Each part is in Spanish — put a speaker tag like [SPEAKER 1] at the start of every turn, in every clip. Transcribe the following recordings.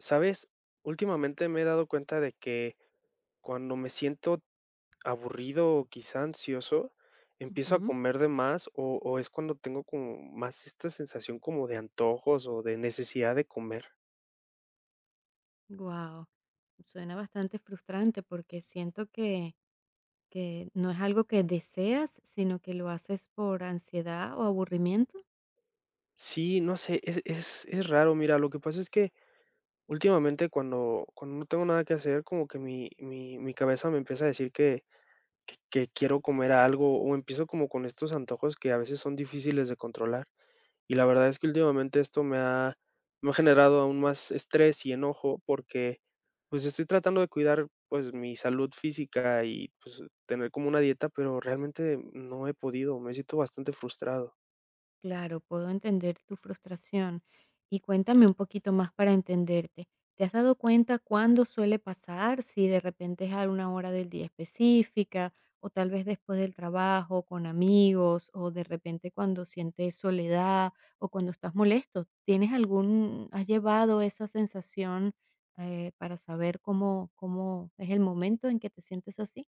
[SPEAKER 1] ¿Sabes? Últimamente me he dado cuenta de que cuando me siento aburrido o quizá ansioso, empiezo a comer de más o es cuando tengo como más esta sensación como de antojos o de necesidad de comer.
[SPEAKER 2] Wow, suena bastante frustrante porque siento que no es algo que deseas, sino que lo haces por ansiedad o aburrimiento.
[SPEAKER 1] Sí, no sé, es raro. Mira, lo que pasa es que últimamente cuando no tengo nada que hacer, como que mi cabeza me empieza a decir que quiero comer algo o empiezo como con estos antojos que a veces son difíciles de controlar. Y la verdad es que últimamente esto me ha generado aún más estrés y enojo porque, pues, estoy tratando de cuidar, pues, mi salud física y, pues, tener como una dieta, pero realmente no he podido, me siento bastante frustrado.
[SPEAKER 2] Claro, puedo entender tu frustración. Y cuéntame un poquito más para entenderte. ¿Te has dado cuenta cuándo suele pasar? Si de repente es a una hora del día específica, o tal vez después del trabajo, con amigos, o de repente cuando sientes soledad o cuando estás molesto. ¿Tienes algún, has llevado esa sensación para saber cómo es el momento en que te sientes así?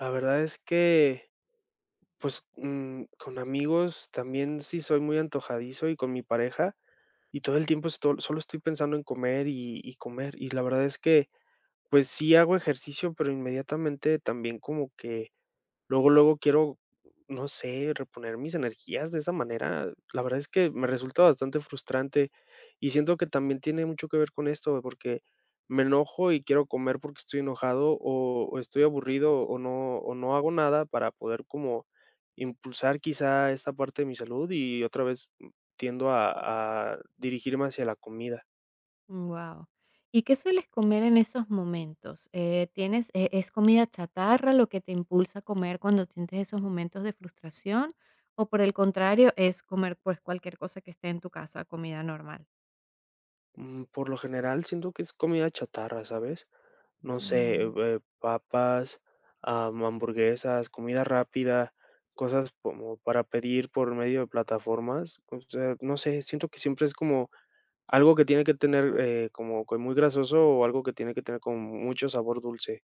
[SPEAKER 1] La verdad es que, pues, con amigos también sí soy muy antojadizo y con mi pareja, y todo el tiempo esto solo estoy pensando en comer y comer. Y la verdad es que, pues, sí hago ejercicio, pero inmediatamente también como que luego quiero, no sé, reponer mis energías de esa manera. La verdad es que me resulta bastante frustrante y siento que también tiene mucho que ver con esto, porque me enojo y quiero comer porque estoy enojado o estoy aburrido o no hago nada para poder como impulsar quizá esta parte de mi salud y otra vez tiendo a dirigirme hacia la comida.
[SPEAKER 2] Wow. ¿Y qué sueles comer en esos momentos? ¿Tienes es comida chatarra lo que te impulsa a comer cuando tienes esos momentos de frustración? O por el contrario, es comer, pues, cualquier cosa que esté en tu casa, comida normal.
[SPEAKER 1] Mm, por lo general siento que es comida chatarra, ¿sabes? No sé,
[SPEAKER 2] Mm,
[SPEAKER 1] papas, hamburguesas, comida rápida, cosas como para pedir por medio de plataformas. O sea, no sé, siento que siempre es como algo que tiene que tener como que muy grasoso o algo que tiene que tener como mucho sabor dulce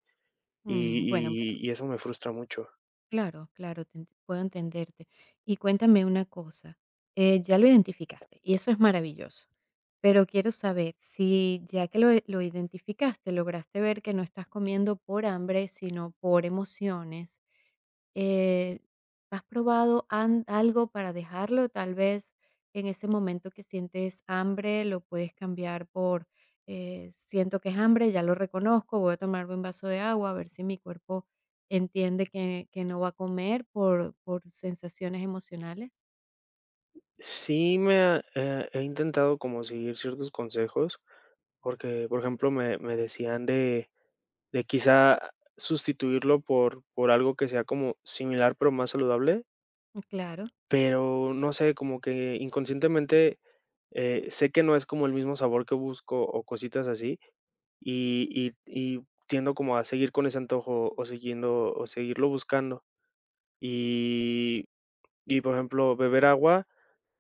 [SPEAKER 1] y,
[SPEAKER 2] mm, bueno, pero
[SPEAKER 1] y eso me frustra mucho.
[SPEAKER 2] claro, claro, puedo entenderte. Y cuéntame una cosa, ya lo identificaste y eso es maravilloso, pero quiero saber si ya que lo identificaste, lograste ver que no estás comiendo por hambre, sino por emociones. eh, ¿Has probado an algo para dejarlo? Tal vez en ese momento que sientes hambre, lo puedes cambiar por, siento que es hambre, ya lo reconozco, voy a tomarme un vaso de agua, a ver si mi cuerpo entiende que no va a comer por sensaciones emocionales.
[SPEAKER 1] He intentado como seguir ciertos consejos porque, por ejemplo, me decían de quizá sustituirlo por algo que sea como similar, pero más saludable,
[SPEAKER 2] Claro.
[SPEAKER 1] pero no sé, como que inconscientemente, sé que no es como el mismo sabor que busco o cositas así, y y tiendo como a seguir con ese antojo o siguiendo o seguirlo buscando. Y por ejemplo, beber agua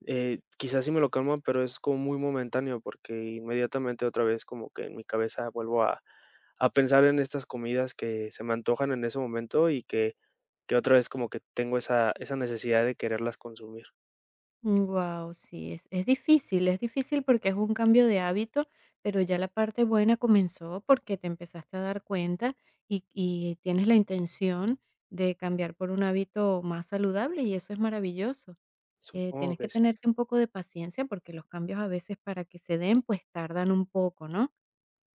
[SPEAKER 1] quizás sí me lo calma, pero es como muy momentáneo, porque inmediatamente otra vez como que en mi cabeza a pensar en estas comidas que se me antojan en ese momento y que otra vez como que tengo esa necesidad de quererlas consumir.
[SPEAKER 2] Wow, sí, es difícil porque es un cambio de hábito, pero ya la parte buena comenzó porque te empezaste a dar cuenta y tienes la intención de cambiar por un hábito más saludable y eso es maravilloso.
[SPEAKER 1] Supongo
[SPEAKER 2] Tienes que
[SPEAKER 1] que sí.
[SPEAKER 2] tenerte un poco de paciencia porque los cambios a veces para que se den, pues tardan un poco, ¿no?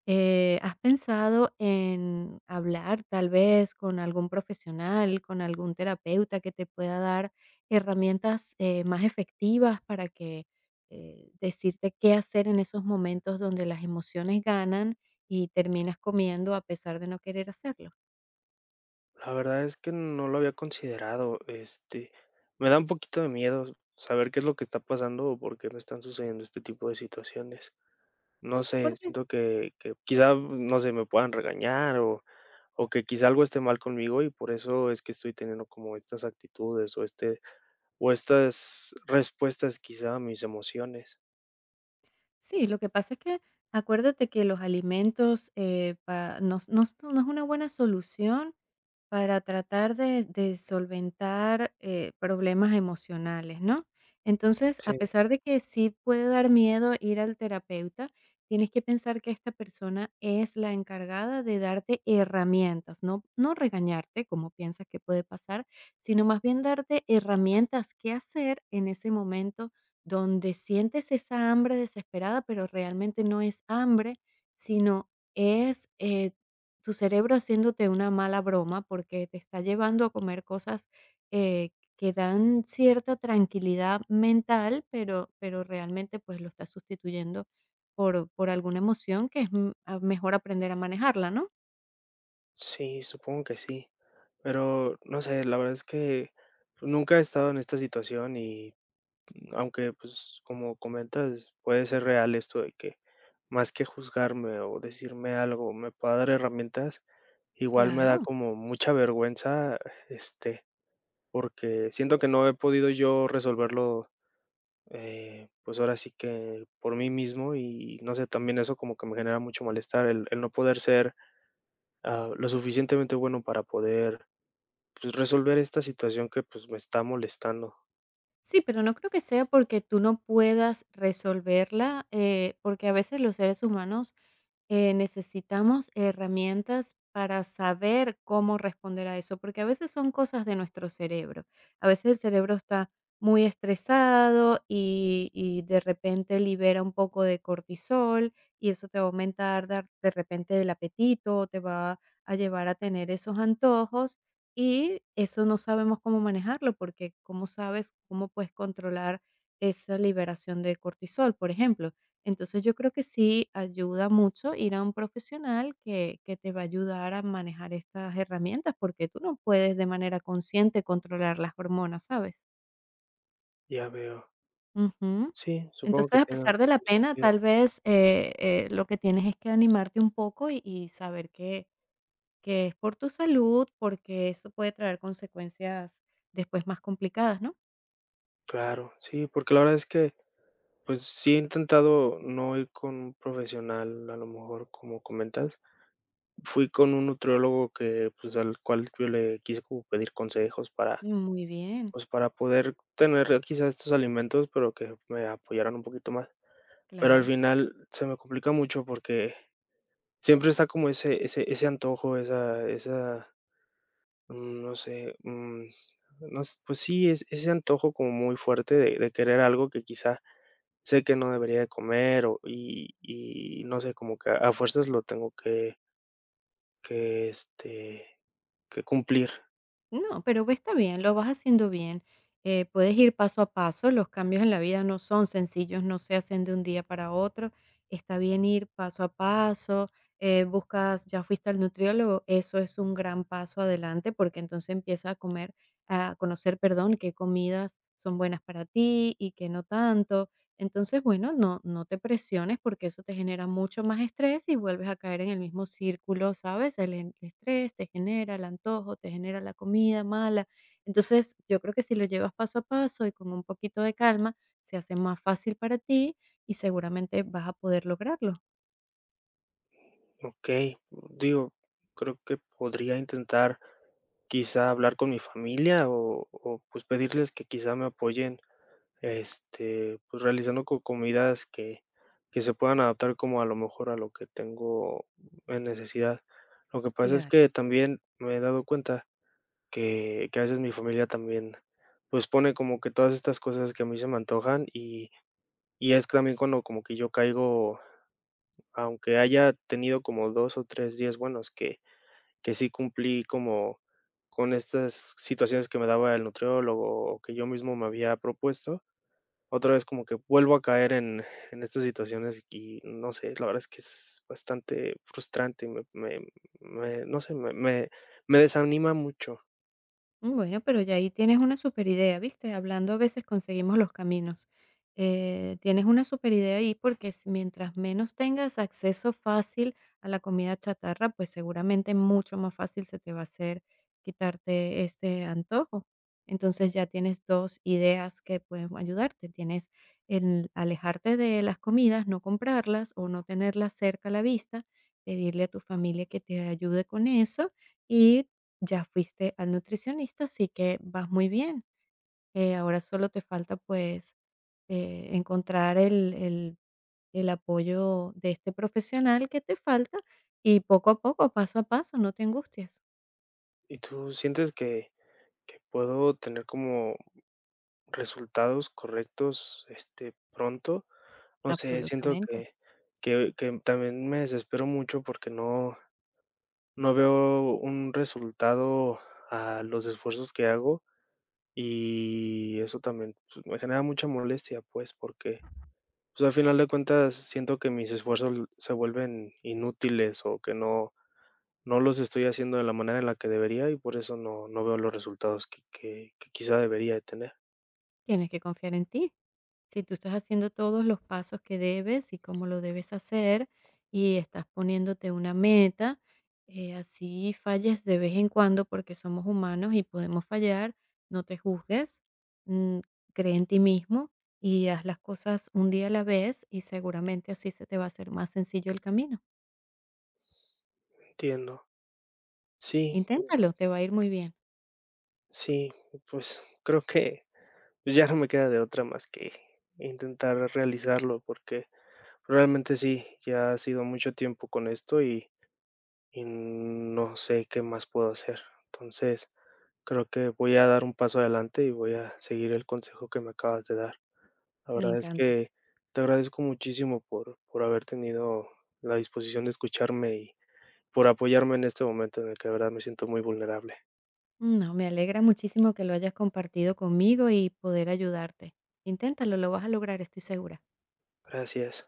[SPEAKER 2] ¿Has pensado en hablar tal vez con algún profesional, con algún terapeuta que te pueda dar herramientas, más efectivas para decirte qué hacer en esos momentos donde las emociones ganan y terminas comiendo a pesar de no querer hacerlo?
[SPEAKER 1] La verdad es que no lo había considerado. Este, me da un poquito de miedo saber qué es lo que está pasando o por qué me están sucediendo este tipo de situaciones. No sé,
[SPEAKER 2] Porque
[SPEAKER 1] siento que quizá, no sé, me puedan regañar o que quizá algo esté mal conmigo y por eso es que estoy teniendo como estas actitudes o este o estas respuestas quizá a mis emociones.
[SPEAKER 2] sí, lo que pasa es que acuérdate que los alimentos, pa no no no es una buena solución para tratar de solventar, problemas emocionales, ¿no? Entonces, a
[SPEAKER 1] Sí,
[SPEAKER 2] pesar de que sí puede dar miedo ir al terapeuta, tienes que pensar que esta persona es la encargada de darte herramientas, no regañarte, como piensas que puede pasar, sino más bien darte herramientas que hacer en ese momento donde sientes esa hambre desesperada, pero realmente no es hambre, sino es, tu cerebro haciéndote una mala broma porque te está llevando a comer cosas, eh, que dan cierta tranquilidad mental, pero realmente, pues, lo estás sustituyendo por alguna emoción que es, mejor aprender a manejarla, ¿no?
[SPEAKER 1] sí, supongo que sí, pero no sé, la verdad es que pues, nunca he estado en esta situación y aunque, pues, como comentas, puede ser real esto de que más que juzgarme o decirme algo me pueda dar herramientas, igual me da
[SPEAKER 2] Claro.
[SPEAKER 1] como mucha vergüenza, este, porque siento que no he podido yo resolverlo. Pues ahora sí que por mí mismo y no sé, también eso como que me genera mucho malestar, el no poder ser, lo suficientemente bueno para poder, pues, resolver esta situación que, pues, me está molestando.
[SPEAKER 2] Sí, pero no creo que sea porque tú no puedas resolverla, porque a veces los seres humanos necesitamos herramientas para saber cómo responder a eso, porque a veces son cosas de nuestro cerebro. A veces el cerebro está muy estresado y de repente libera un poco de cortisol y eso te va a de repente el apetito, te va a llevar a tener esos antojos y eso no sabemos cómo manejarlo, porque cómo sabes cómo puedes controlar esa liberación de cortisol, por ejemplo. Entonces, yo creo que sí ayuda mucho ir a un profesional que te va a ayudar a manejar estas herramientas, porque tú no puedes de manera consciente controlar las hormonas, ¿sabes?
[SPEAKER 1] Ya veo.
[SPEAKER 2] Ujú.
[SPEAKER 1] Sí, supongo
[SPEAKER 2] Entonces,
[SPEAKER 1] que
[SPEAKER 2] a
[SPEAKER 1] tiene un
[SPEAKER 2] pesar de
[SPEAKER 1] poco
[SPEAKER 2] la
[SPEAKER 1] de
[SPEAKER 2] pena,
[SPEAKER 1] sentido.
[SPEAKER 2] tal vez, lo que tienes es que animarte un poco y saber que es por tu salud, porque eso puede traer consecuencias después más complicadas, ¿no?
[SPEAKER 1] Claro, sí, porque la verdad es que, pues, sí he intentado no ir con un profesional, a lo mejor, como comentas. Fui con un nutriólogo que, pues, al cual yo le quise como pedir consejos para
[SPEAKER 2] Muy bien,
[SPEAKER 1] pues, para poder tener quizás estos alimentos, pero que me apoyaran un poquito más. Pero al
[SPEAKER 2] claro.
[SPEAKER 1] final se me complica mucho porque siempre está como ese antojo, esa esa, mm, no sé, mm, no s pues sí, es ese antojo como muy fuerte de querer algo que quizá sé que no debería de comer o y no sé, como que a fuerzas lo tengo que, este, que cumplir.
[SPEAKER 2] No, pero va, está bien, lo vas haciendo bien. Puedes ir paso a paso, los cambios en la vida no son sencillos, no se hacen de un día para otro. Está bien ir paso a paso. Buscas, ya fuiste al nutriólogo, eso es un gran paso adelante porque entonces empiezas a comer, a conocer, perdón, qué comidas son buenas para ti y qué no tanto. Entonces, bueno, no te presiones porque eso te genera mucho más estrés y vuelves a caer en el mismo círculo, ¿sabes? El estrés te genera el antojo, te genera la comida mala. Entonces, yo creo que si lo llevas paso a paso y con un poquito de calma, se hace más fácil para ti y seguramente vas a poder lograrlo.
[SPEAKER 1] Okey, digo, creo que podría intentar quizá hablar con mi familia pues, pedirles que quizá me apoyen, este, pues, realizando co comidas que se puedan adaptar como a lo mejor a lo que tengo en necesidad. Lo que pasa es
[SPEAKER 2] Claro.
[SPEAKER 1] que también me he dado cuenta que a veces mi familia también, pues, pone como que todas estas cosas que a mí se me antojan y es también cuando como que yo caigo, aunque haya tenido como 2 o 3 días buenos que sí cumplí como con estas situaciones que me daba el nutriólogo o que yo mismo me había propuesto, otra vez como que vuelvo a caer en estas situaciones y no sé, la verdad es que es bastante frustrante, me- me- no sé, me- me desanima mucho.
[SPEAKER 2] Bueno, pero ya ahí tienes una super idea, ¿viste? Hablando a veces conseguimos los caminos. Tienes una super idea ahí porque mientras menos tengas acceso fácil a la comida chatarra, pues seguramente mucho más fácil se te va a hacer quitarte este antojo. Entonces ya tienes dos ideas que pueden ayudarte. Tienes el alejarte de las comidas, no comprarlas o no tenerlas cerca a la vista, pedirle a tu familia que te ayude con eso y ya fuiste al nutricionista, así que vas muy bien. Ahora solo te falta, pues, encontrar el apoyo de este profesional que te falta, y poco a poco, paso a paso, no te angusties.
[SPEAKER 1] ¿Y tú sientes que puedo tener como resultados correctos este pronto? No sé, siento
[SPEAKER 2] Absolutamente.
[SPEAKER 1] que también me desespero mucho porque no, no veo un resultado a los esfuerzos que hago, y eso también, pues, me genera mucha molestia, pues, porque, pues, al final de cuentas siento que mis esfuerzos se vuelven inútiles, o que no los estoy haciendo de la manera en la que debería, y por eso no veo los resultados que quizá debería de tener.
[SPEAKER 2] Tienes que confiar en ti. Si tú estás haciendo todos los pasos que debes y cómo lo debes hacer y estás poniéndote una meta, así falles de vez en cuando porque somos humanos y podemos fallar, no te juzgues, mm, cree en ti mismo y haz las cosas un día a la vez y seguramente así se te va a hacer más sencillo el camino.
[SPEAKER 1] Entiendo. Sí,
[SPEAKER 2] Inténtalo, te va a ir muy bien.
[SPEAKER 1] sí, pues, creo que pues ya no me queda de otra más que intentar realizarlo, porque realmente sí, ya ha sido mucho tiempo con esto y no sé qué más puedo hacer. Entonces, creo que voy a dar un paso adelante y voy a seguir el consejo que me acabas de dar. La
[SPEAKER 2] Me
[SPEAKER 1] verdad es
[SPEAKER 2] encanta.
[SPEAKER 1] que te agradezco muchísimo por haber tenido la disposición de escucharme y por apoyarme en este momento en el que de verdad me siento muy vulnerable.
[SPEAKER 2] No, me alegra muchísimo que lo hayas compartido conmigo y poder ayudarte. Inténtalo, lo vas a lograr, estoy segura.
[SPEAKER 1] Gracias.